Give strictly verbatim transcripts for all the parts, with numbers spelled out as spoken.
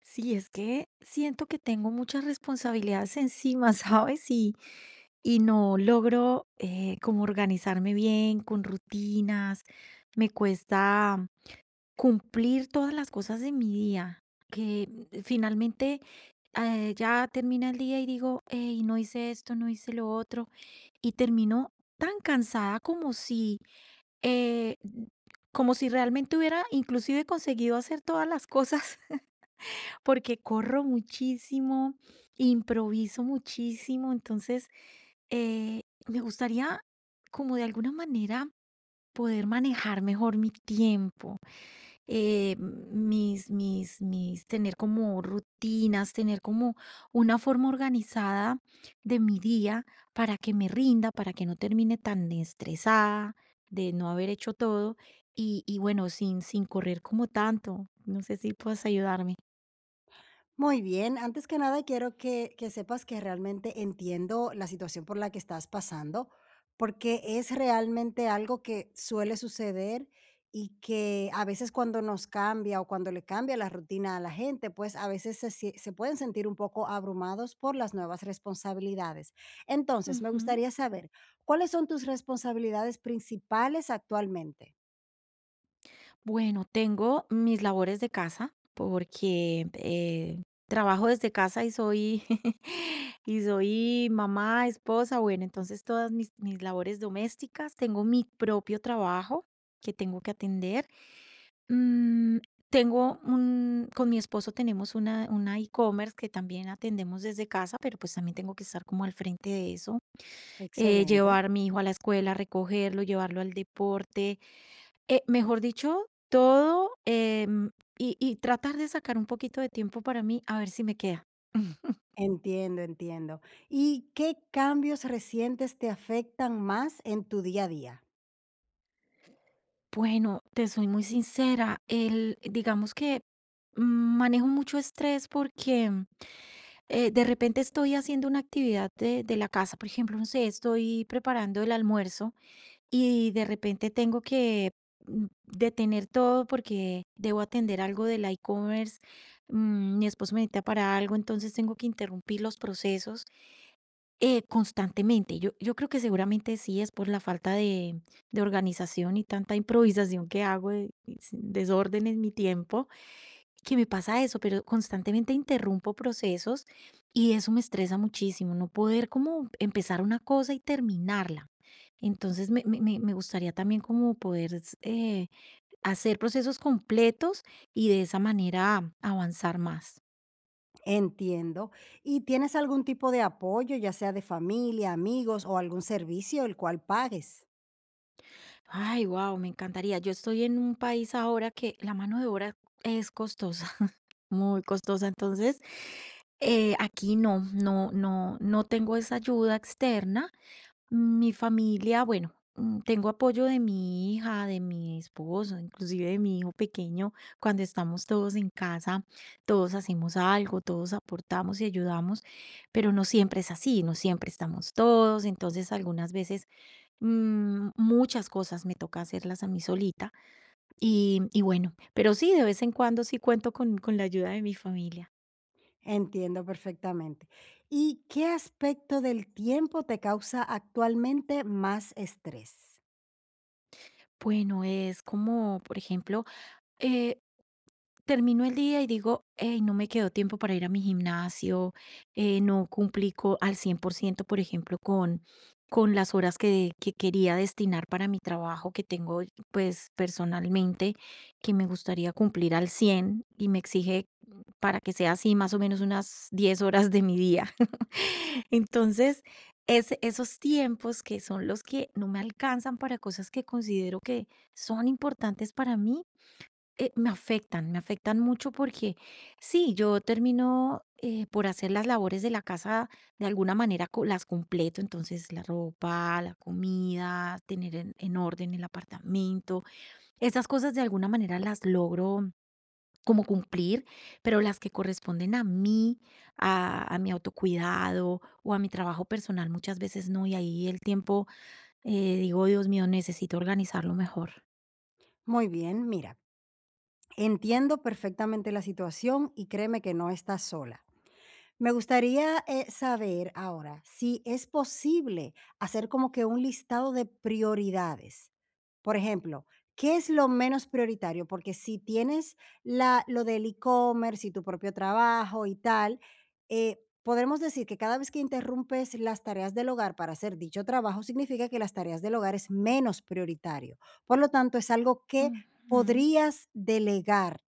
Sí, es que siento que tengo muchas responsabilidades encima, ¿sabes? Y, y no logro eh, como organizarme bien, con rutinas. Me cuesta cumplir todas las cosas de mi día, que mm, finalmente eh, ya termina el día y digo, hey, no hice esto, no hice lo otro, y termino tan cansada como si, eh, como si realmente hubiera inclusive conseguido hacer todas las cosas porque corro muchísimo, improviso muchísimo, entonces eh, me gustaría como de alguna manera poder manejar mejor mi tiempo, eh, mis, mis, mis, tener como rutinas, tener como una forma organizada de mi día para que me rinda, para que no termine tan estresada de no haber hecho todo y, y bueno, sin, sin correr como tanto. No sé si puedes ayudarme. Muy bien, antes que nada quiero que, que sepas que realmente entiendo la situación por la que estás pasando, porque es realmente algo que suele suceder y que a veces cuando nos cambia o cuando le cambia la rutina a la gente, pues a veces se, sie- se pueden sentir un poco abrumados por las nuevas responsabilidades. Entonces, me Ujú. gustaría saber, ¿cuáles son tus responsabilidades principales actualmente? Bueno, tengo mis labores de casa porque eh, trabajo desde casa y soy y soy mamá, esposa, bueno, entonces todas mis, mis labores domésticas, tengo mi propio trabajo que tengo que atender. Mm, tengo un, con mi esposo tenemos una, una e-commerce que también atendemos desde casa, pero pues también tengo que estar como al frente de eso, eh, Excelente. llevar a mi hijo a la escuela, recogerlo, llevarlo al deporte, eh, mejor dicho, todo em, y, y tratar de sacar un poquito de tiempo para mí a ver si me queda. Mm. Entiendo, entiendo. ¿Y qué cambios recientes te afectan más en tu día a día? Bueno, te soy muy sincera, el, digamos que mm, manejo mucho estrés porque eh, de repente estoy haciendo una actividad de, de la casa, por ejemplo, no sé, estoy preparando el almuerzo y de repente tengo que mm, detener todo porque debo atender algo del e-commerce, mm, mi esposo me necesita para algo, entonces tengo que interrumpir los procesos eh, constantemente. Yo, yo creo que seguramente sí es por la falta de, de organización y tanta improvisación que hago, de desorden en mi tiempo que me pasa eso, pero constantemente interrumpo procesos y eso me estresa muchísimo, no poder como empezar una cosa y terminarla. Entonces me, me- me- me gustaría también como poder s- eh, hacer procesos completos y de esa manera avanzar más. Entiendo. ¿Y tienes algún tipo de apoyo, ya sea de familia, amigos o algún servicio el cual pagues? Ay, wow, me encantaría. Yo estoy en un país ahora que la mano de obra es costosa, muy costosa. Entonces, eh, aquí no, no, no, no tengo esa ayuda externa. Mi familia, bueno, mm, tengo apoyo de mi hija, de mi esposo, inclusive de mi hijo pequeño. Cuando estamos todos en casa, todos hacemos algo, todos aportamos y ayudamos, pero no siempre es así, no siempre estamos todos. Entonces, algunas veces mm, muchas cosas me toca hacerlas a mí solita. Y, y bueno, pero sí, de vez en cuando sí cuento con, con la ayuda de mi familia. Entiendo perfectamente. ¿Y qué aspecto del tiempo te causa actualmente más estrés? Bueno, es como, por ejemplo, eh, termino el día y digo: "Hey, no me quedó tiempo para ir a mi gimnasio, eh, no cumplí co al cien por ciento, por ejemplo, con con las horas que que quería destinar para mi trabajo que tengo, pues, personalmente, que me gustaría cumplir al cien y me exige para que sea así más o menos unas diez horas de mi día". Entonces, es esos tiempos que son los que no me alcanzan para cosas que considero que son importantes para mí, eh, me afectan, me afectan mucho porque sí, yo termino eh, por hacer las labores de la casa de alguna manera co- las completo, entonces la ropa, la comida, tener en, en orden el apartamento, esas cosas de alguna manera las logro como cumplir, pero las que corresponden a mí, a, a mi autocuidado o a mi trabajo personal muchas veces no, y ahí el tiempo eh, digo, Dios mío, necesito organizarlo mejor. Muy bien, mira, entiendo perfectamente la situación y créeme que no estás sola. Me gustaría, eh, saber ahora si es posible hacer como que un listado de prioridades. Por ejemplo, ¿qué es lo menos prioritario? Porque si tienes la lo del e-commerce y tu propio trabajo y tal, eh, podremos decir que cada vez que interrumpes las tareas del hogar para hacer dicho trabajo, significa que las tareas del hogar es menos prioritario. Por lo tanto, es algo que Ujú. podrías delegar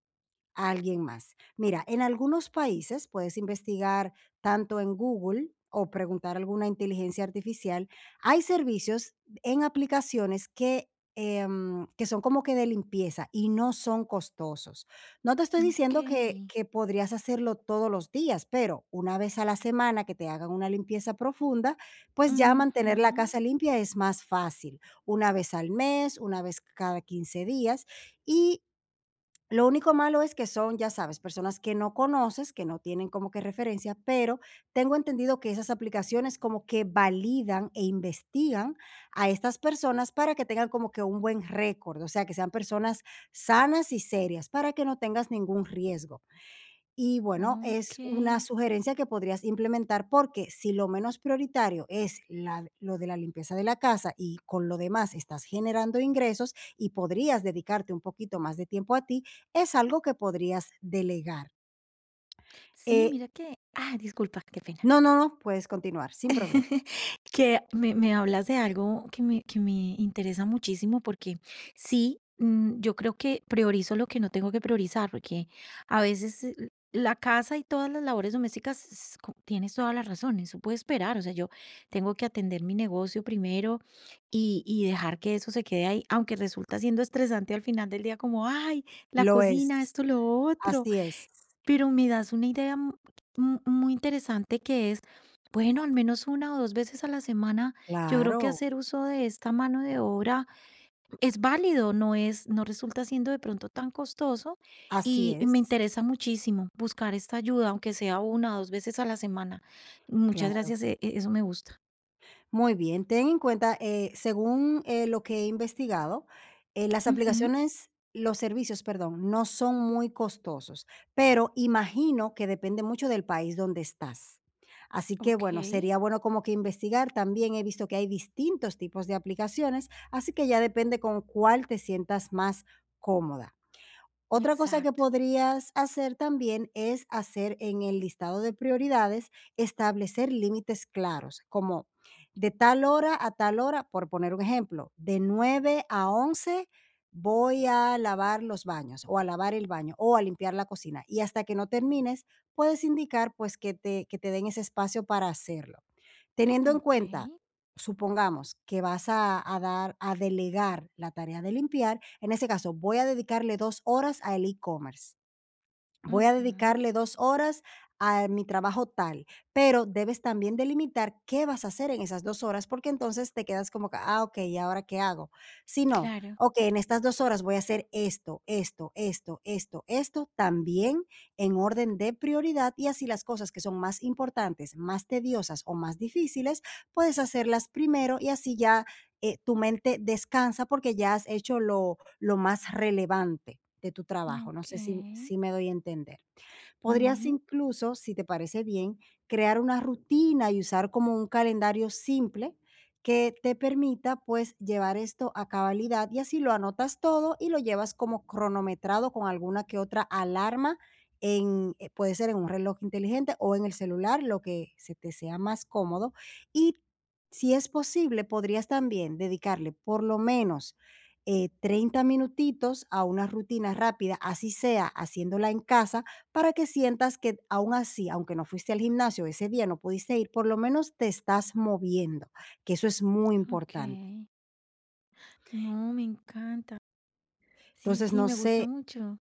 a alguien más. Mira, en algunos países puedes investigar tanto en Google o preguntar a alguna inteligencia artificial. Hay servicios en aplicaciones que, em, que son como que de limpieza y no son costosos. No te estoy Ok. diciendo que, que podrías hacerlo todos los días, pero una vez a la semana que te hagan una limpieza profunda, pues ya mantener la Ujú, casa limpia es más fácil. Una vez al mes, una vez cada quince días. Y lo único malo es que son, ya sabes, personas que no conoces, que no tienen como que referencia, pero tengo entendido que esas aplicaciones como que validan e investigan a estas personas para que tengan como que un buen récord, o sea, que sean personas sanas y serias, para que no tengas ningún riesgo. Y bueno, es una okey. sugerencia que podrías implementar porque si lo menos prioritario es la- lo de la limpieza de la casa y con lo demás estás generando ingresos y podrías dedicarte un poquito más de tiempo a ti, es algo que podrías delegar. Sí, Eh, mira que ah, disculpa, qué pena. no, no, no, puedes continuar sin problema. Que me me hablas de algo que me que me interesa muchísimo porque sí, mm, yo creo que priorizo lo que no tengo que priorizar, porque a veces, eh, la casa y todas las labores domésticas s co tienes toda la razón, eso puede esperar, o sea, yo tengo que atender mi negocio primero y y dejar que eso se quede ahí, aunque resulta siendo estresante al final del día como: "Ay, la Lo es. cocina, esto, lo otro". Así es. Pero me das una idea mu- mu- muy interesante que es, bueno, al menos una o dos veces a la semana, yo creo que Claro, hacer uso de esta mano de obra es válido, no es, no resulta siendo de pronto tan costoso así y y me es. interesa muchísimo buscar esta ayuda, aunque sea una o dos veces a la semana. Muchas Claro. gracias, e- e- eso me gusta. Muy bien, ten en cuenta, eh, según, eh, lo que he investigado, eh, las Ujú. aplicaciones los servicios, perdón, no son muy costosos, pero imagino que depende mucho del país donde estás. Así que, Ok. bueno, sería bueno como que investigar. También he visto que hay distintos tipos de aplicaciones, así que ya depende con cuál te sientas más cómoda. Otra cosa que Exacto. podrías hacer también es hacer en el listado de prioridades, establecer límites claros, como de tal hora a tal hora, por poner un ejemplo, de nueve a once voy a lavar los baños o a lavar el baño o a limpiar la cocina. Y hasta que no termines, puedes indicar pues que te, que te den ese espacio para hacerlo. Teniendo en Ok. cuenta. Supongamos que vas a a dar a delegar la tarea de limpiar, en ese caso, voy a dedicarle dos horas al e-commerce, voy a Ujú. dedicarle dos horas a mi trabajo tal, pero debes también delimitar qué vas a hacer en esas dos horas, porque entonces te quedas como que, ah, okey, ¿y ahora qué hago? Si no, Claro. okey, en estas dos horas voy a hacer esto, esto, esto, esto, esto, también en orden de prioridad, y así las cosas que son más importantes, más tediosas o más difíciles, puedes hacerlas primero y así ya, eh, tu mente descansa porque ya has hecho lo lo más relevante de tu trabajo. No Ok. sé si, si me doy a entender. Podrías Ujú. incluso, si te parece bien, crear una rutina y usar como un calendario simple que te permita pues llevar esto a cabalidad y así lo anotas todo y lo llevas como cronometrado con alguna que otra alarma en eh, puede ser en un reloj inteligente o en el celular, lo que se te sea más cómodo y si es posible, podrías también dedicarle por lo menos eh, treinta minutitos a una rutina rápida, así sea haciéndola en casa, para que sientas que aún así, aunque no fuiste al gimnasio ese día, no pudiste ir, por lo menos te estás moviendo, que eso es muy importante. Ok. No, me encanta. Sí, Entonces, sí, no me gustó sé, mucho.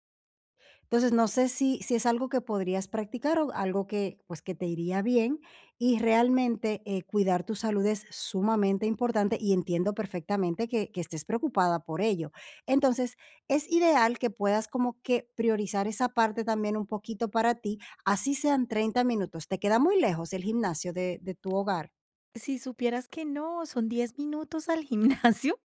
Entonces, no sé si si es algo que podrías practicar o algo que, pues, que te iría bien y realmente, eh, cuidar tu salud es sumamente importante y entiendo perfectamente que que estés preocupada por ello. Entonces, es ideal que puedas como que priorizar esa parte también un poquito para ti, así sean treinta minutos. ¿Te queda muy lejos el gimnasio de de tu hogar? Si supieras que no, son diez minutos al gimnasio,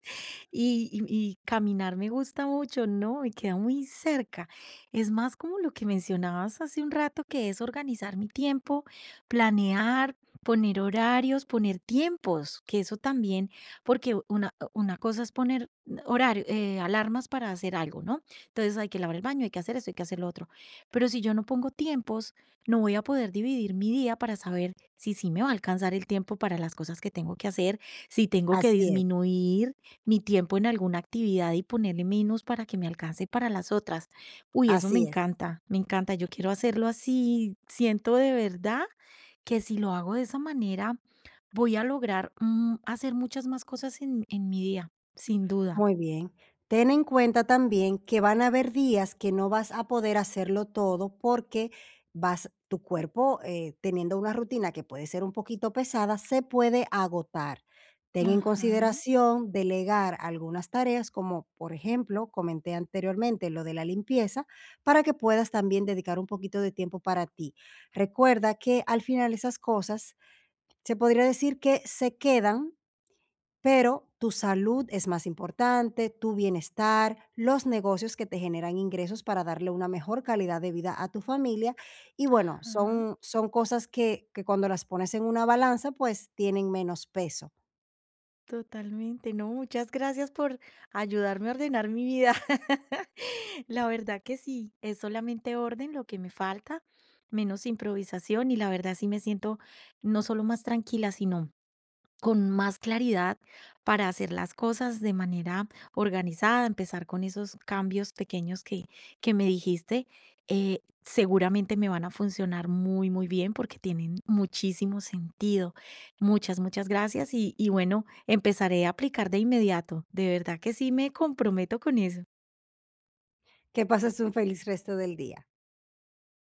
Y, y- y caminar me gusta mucho, ¿no? Me queda muy cerca. Es más como lo que mencionabas hace un rato, que es organizar mi tiempo, planear, poner horarios, poner tiempos, que eso también, porque una, una cosa es poner horario, eh, alarmas para hacer algo, ¿no? Entonces hay que lavar el baño, hay que hacer esto, hay que hacer lo otro. Pero si yo no pongo tiempos, no voy a poder dividir mi día para saber si sí me va a alcanzar el tiempo para las cosas que tengo que hacer, si tengo que Así es, disminuir mi tiempo en alguna actividad y ponerle menos para que me alcance para las otras. Uy, eso me así es. encanta, me encanta. Yo quiero hacerlo así. Siento de verdad que si lo hago de esa manera, voy a lograr mm, hacer muchas más cosas en, en mi día, sin duda. Muy bien. Ten en cuenta también que van a haber días que no vas a poder hacerlo todo porque vas, tu cuerpo, eh, teniendo una rutina que puede ser un poquito pesada, se puede agotar. Ten en Ajá, consideración delegar algunas tareas, como por ejemplo, comenté anteriormente lo de la limpieza, para que puedas también dedicar un poquito de tiempo para ti. Recuerda que al final esas cosas se podría decir que se quedan, pero tu salud es más importante, tu bienestar, los negocios que te generan ingresos para darle una mejor calidad de vida a tu familia. Y bueno, ajá. son, son cosas que, que cuando las pones en una balanza, pues tienen menos peso. Totalmente, no, muchas gracias por ayudarme a ordenar mi vida. La verdad que sí, es solamente orden lo que me falta, menos improvisación y la verdad sí me siento no solo más tranquila, sino con más claridad para hacer las cosas de manera organizada, empezar con esos cambios pequeños que, que me dijiste, eh, seguramente me van a funcionar muy, muy bien porque tienen muchísimo sentido. Muchas, muchas gracias y, y bueno, empezaré a aplicar de inmediato. De verdad que sí me comprometo con eso. Que pases un feliz resto del día.